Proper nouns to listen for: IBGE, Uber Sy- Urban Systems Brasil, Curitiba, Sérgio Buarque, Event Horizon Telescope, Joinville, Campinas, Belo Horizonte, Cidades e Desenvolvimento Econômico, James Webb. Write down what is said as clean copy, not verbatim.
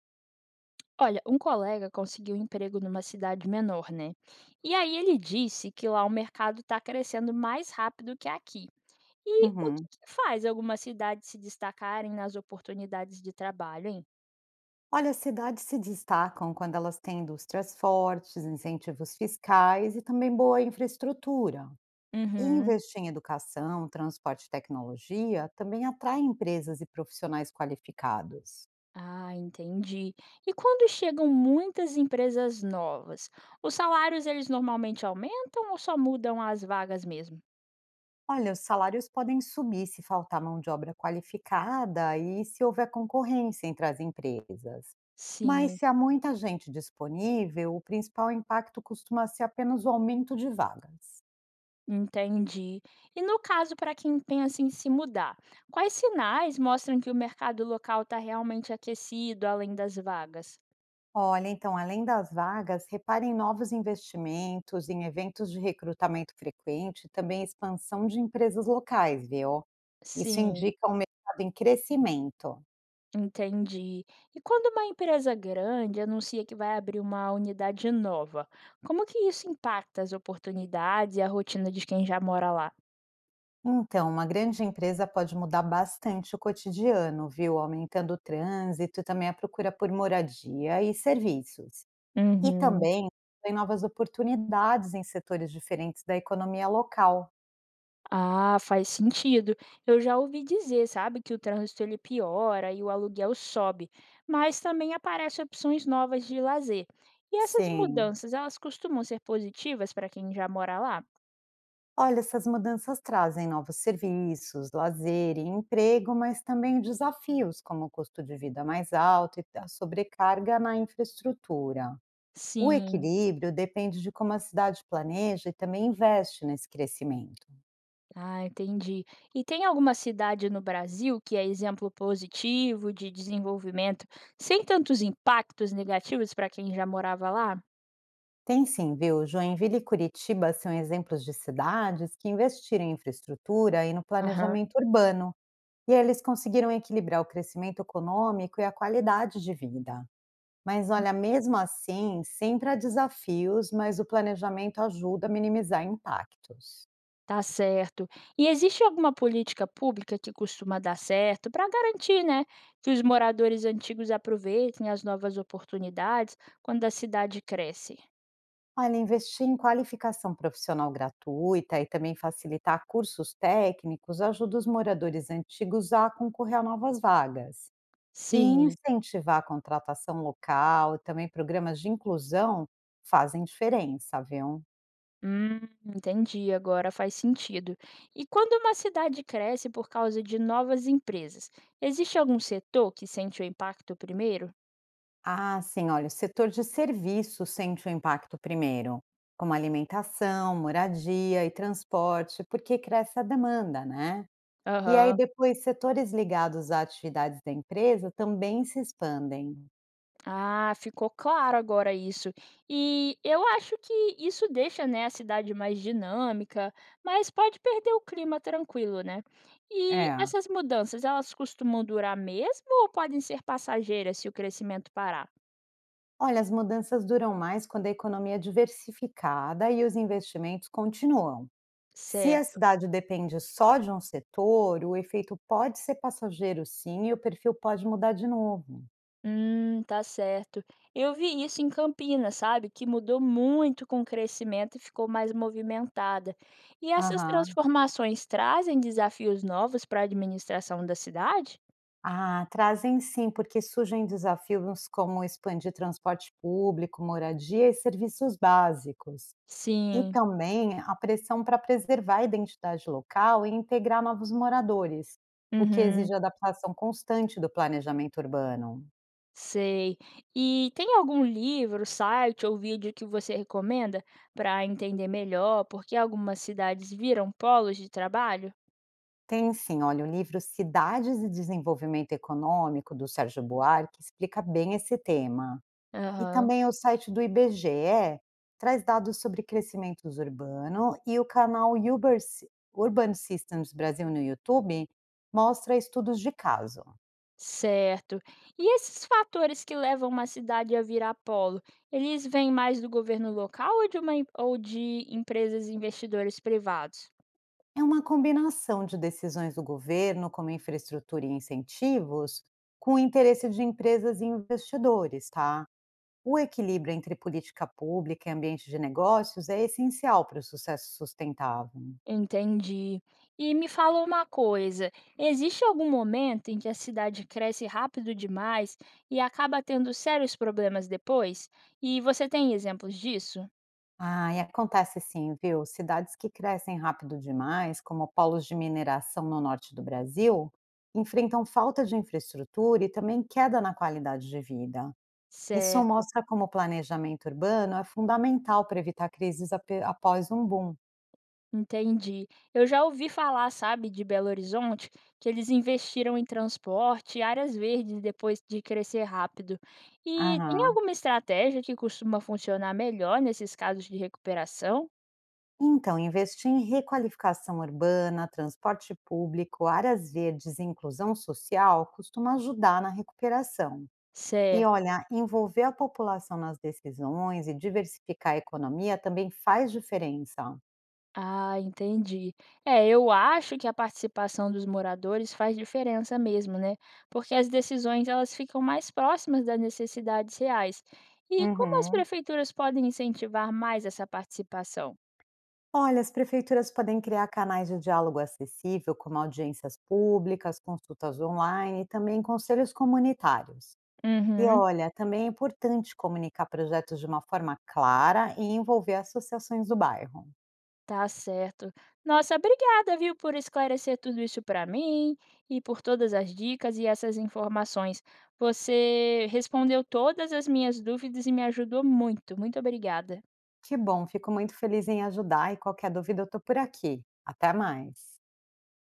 Olha, um colega conseguiu um emprego numa cidade menor, né? E aí ele disse que lá o mercado está crescendo mais rápido que aqui. E o que Uhum. que faz algumas cidades se destacarem nas oportunidades de trabalho, hein? Olha, as cidades se destacam quando elas têm indústrias fortes, incentivos fiscais e também boa infraestrutura. E Uhum. investir em educação, transporte e tecnologia também atrai empresas e profissionais qualificados. Ah, entendi. E quando chegam muitas empresas novas, os salários eles normalmente aumentam ou só mudam as vagas mesmo? Olha, os salários podem subir se faltar mão de obra qualificada e se houver concorrência entre as empresas. Mas Sim. se há muita gente disponível, o principal impacto costuma ser apenas o aumento de vagas. Entendi. E no caso, para quem pensa em se mudar, quais sinais mostram que o mercado local está realmente aquecido além das vagas? Olha, então, além das vagas, repare em novos investimentos, em eventos de recrutamento frequente, e também expansão de empresas locais, viu? Isso Sim, indica um mercado em crescimento. entendi. E quando uma empresa grande anuncia que vai abrir uma unidade nova, como que isso impacta as oportunidades e a rotina de quem já mora lá? Então, uma grande empresa pode mudar bastante o cotidiano, viu? Aumentando o trânsito, e também a procura por moradia e serviços. E Uhum. também tem novas oportunidades em setores diferentes da economia local. Ah, faz sentido. Eu já ouvi dizer, sabe, que o trânsito ele piora e o aluguel sobe, mas também aparecem opções novas de lazer. E essas Sim. mudanças, elas costumam ser positivas para quem já mora lá? Olha, essas mudanças trazem novos serviços, lazer e emprego, mas também desafios, como o custo de vida mais alto e a sobrecarga na infraestrutura. O Sim. equilíbrio depende de como a cidade planeja e também investe nesse crescimento. Ah, entendi. E tem alguma cidade no Brasil que é exemplo positivo de desenvolvimento, sem tantos impactos negativos para quem já morava lá? Tem sim, viu? Joinville e Curitiba são exemplos de cidades que investiram em infraestrutura e no Aham. planejamento urbano, e eles conseguiram equilibrar o crescimento econômico e a qualidade de vida. Mas olha, mesmo assim, sempre há desafios, mas o planejamento ajuda a minimizar impactos. Tá certo. E existe alguma política pública que costuma dar certo para garantir, né, que os moradores antigos aproveitem as novas oportunidades quando a cidade cresce? Olha, investir em qualificação profissional gratuita e também facilitar cursos técnicos ajuda os moradores antigos a concorrer a novas vagas. E Sim. incentivar a contratação local e também programas de inclusão fazem diferença, viu? Hum, entendi, agora faz sentido. E quando uma cidade cresce por causa de novas empresas, existe algum setor que sente o impacto primeiro? Ah, sim, olha, o setor de serviços sente o impacto primeiro, como alimentação, moradia e transporte, porque cresce a demanda, né? E aí Aham. depois setores ligados a atividades da empresa também se expandem. Ah, ficou claro agora isso. E eu acho que isso deixa, né, a cidade mais dinâmica, mas pode perder o clima tranquilo, né? E É. essas mudanças, elas costumam durar mesmo ou podem ser passageiras se o crescimento parar? Olha, as mudanças duram mais quando a economia é diversificada e os investimentos continuam. Se a Certo. cidade depende só de um setor, o efeito pode ser passageiro, sim, e o perfil pode mudar de novo. Tá certo. Eu vi isso em Campinas, sabe? Que mudou muito com o crescimento e ficou mais movimentada. E essas Aham. transformações trazem desafios novos para a administração da cidade? Ah, trazem sim, porque surgem desafios como expandir transporte público, moradia e serviços básicos. E Sim, também a pressão para preservar a identidade local e integrar novos moradores, o que exige uhum, adaptação constante do planejamento urbano. sei. E tem algum livro, site ou vídeo que você recomenda para entender melhor por que algumas cidades viram polos de trabalho? Tem sim, olha, o livro Cidades e Desenvolvimento Econômico, do Sérgio Buarque, explica bem esse tema. E Aham, também o site do IBGE traz dados sobre crescimento urbano e o canal Urban Systems Brasil no YouTube mostra estudos de caso. certo. E esses fatores que levam uma cidade a virar polo, eles vêm mais do governo local ou ou de empresas e investidores privados? É uma combinação de decisões do governo, como infraestrutura e incentivos, com o interesse de empresas e investidores, tá? O equilíbrio entre política pública e ambiente de negócios é essencial para o sucesso sustentável. Entendi. E me fala uma coisa, existe algum momento em que a cidade cresce rápido demais e acaba tendo sérios problemas depois? E você tem exemplos disso? Ah, e acontece sim, viu? Cidades que crescem rápido demais, como polos de mineração no norte do Brasil, enfrentam falta de infraestrutura e também queda na qualidade de vida. Isso Certo, mostra como o planejamento urbano é fundamental para evitar crises após um boom. entendi. Eu já ouvi falar, sabe, de Belo Horizonte, que eles investiram em transporte e áreas verdes depois de crescer rápido. E tem Aham. alguma estratégia que costuma funcionar melhor nesses casos de recuperação? Então, investir em requalificação urbana, transporte público, áreas verdes e inclusão social costuma ajudar na recuperação. E Certo. olha, envolver a população nas decisões e diversificar a economia também faz diferença. Ah, entendi. É, eu acho que a participação dos moradores faz diferença mesmo, né? Porque as decisões elas ficam mais próximas das necessidades reais. E como as Uhum. prefeituras podem incentivar mais essa participação? Olha, as prefeituras podem criar canais de diálogo acessível, como audiências públicas, consultas online e também conselhos comunitários. E Uhum, olha, também é importante comunicar projetos de uma forma clara e envolver associações do bairro. tá certo. Nossa, obrigada, viu, por esclarecer tudo isso para mim e por todas as dicas e essas informações. Você respondeu todas as minhas dúvidas e me ajudou muito. Muito obrigada. Que bom, fico muito feliz em ajudar e qualquer dúvida eu estou por aqui. Até mais.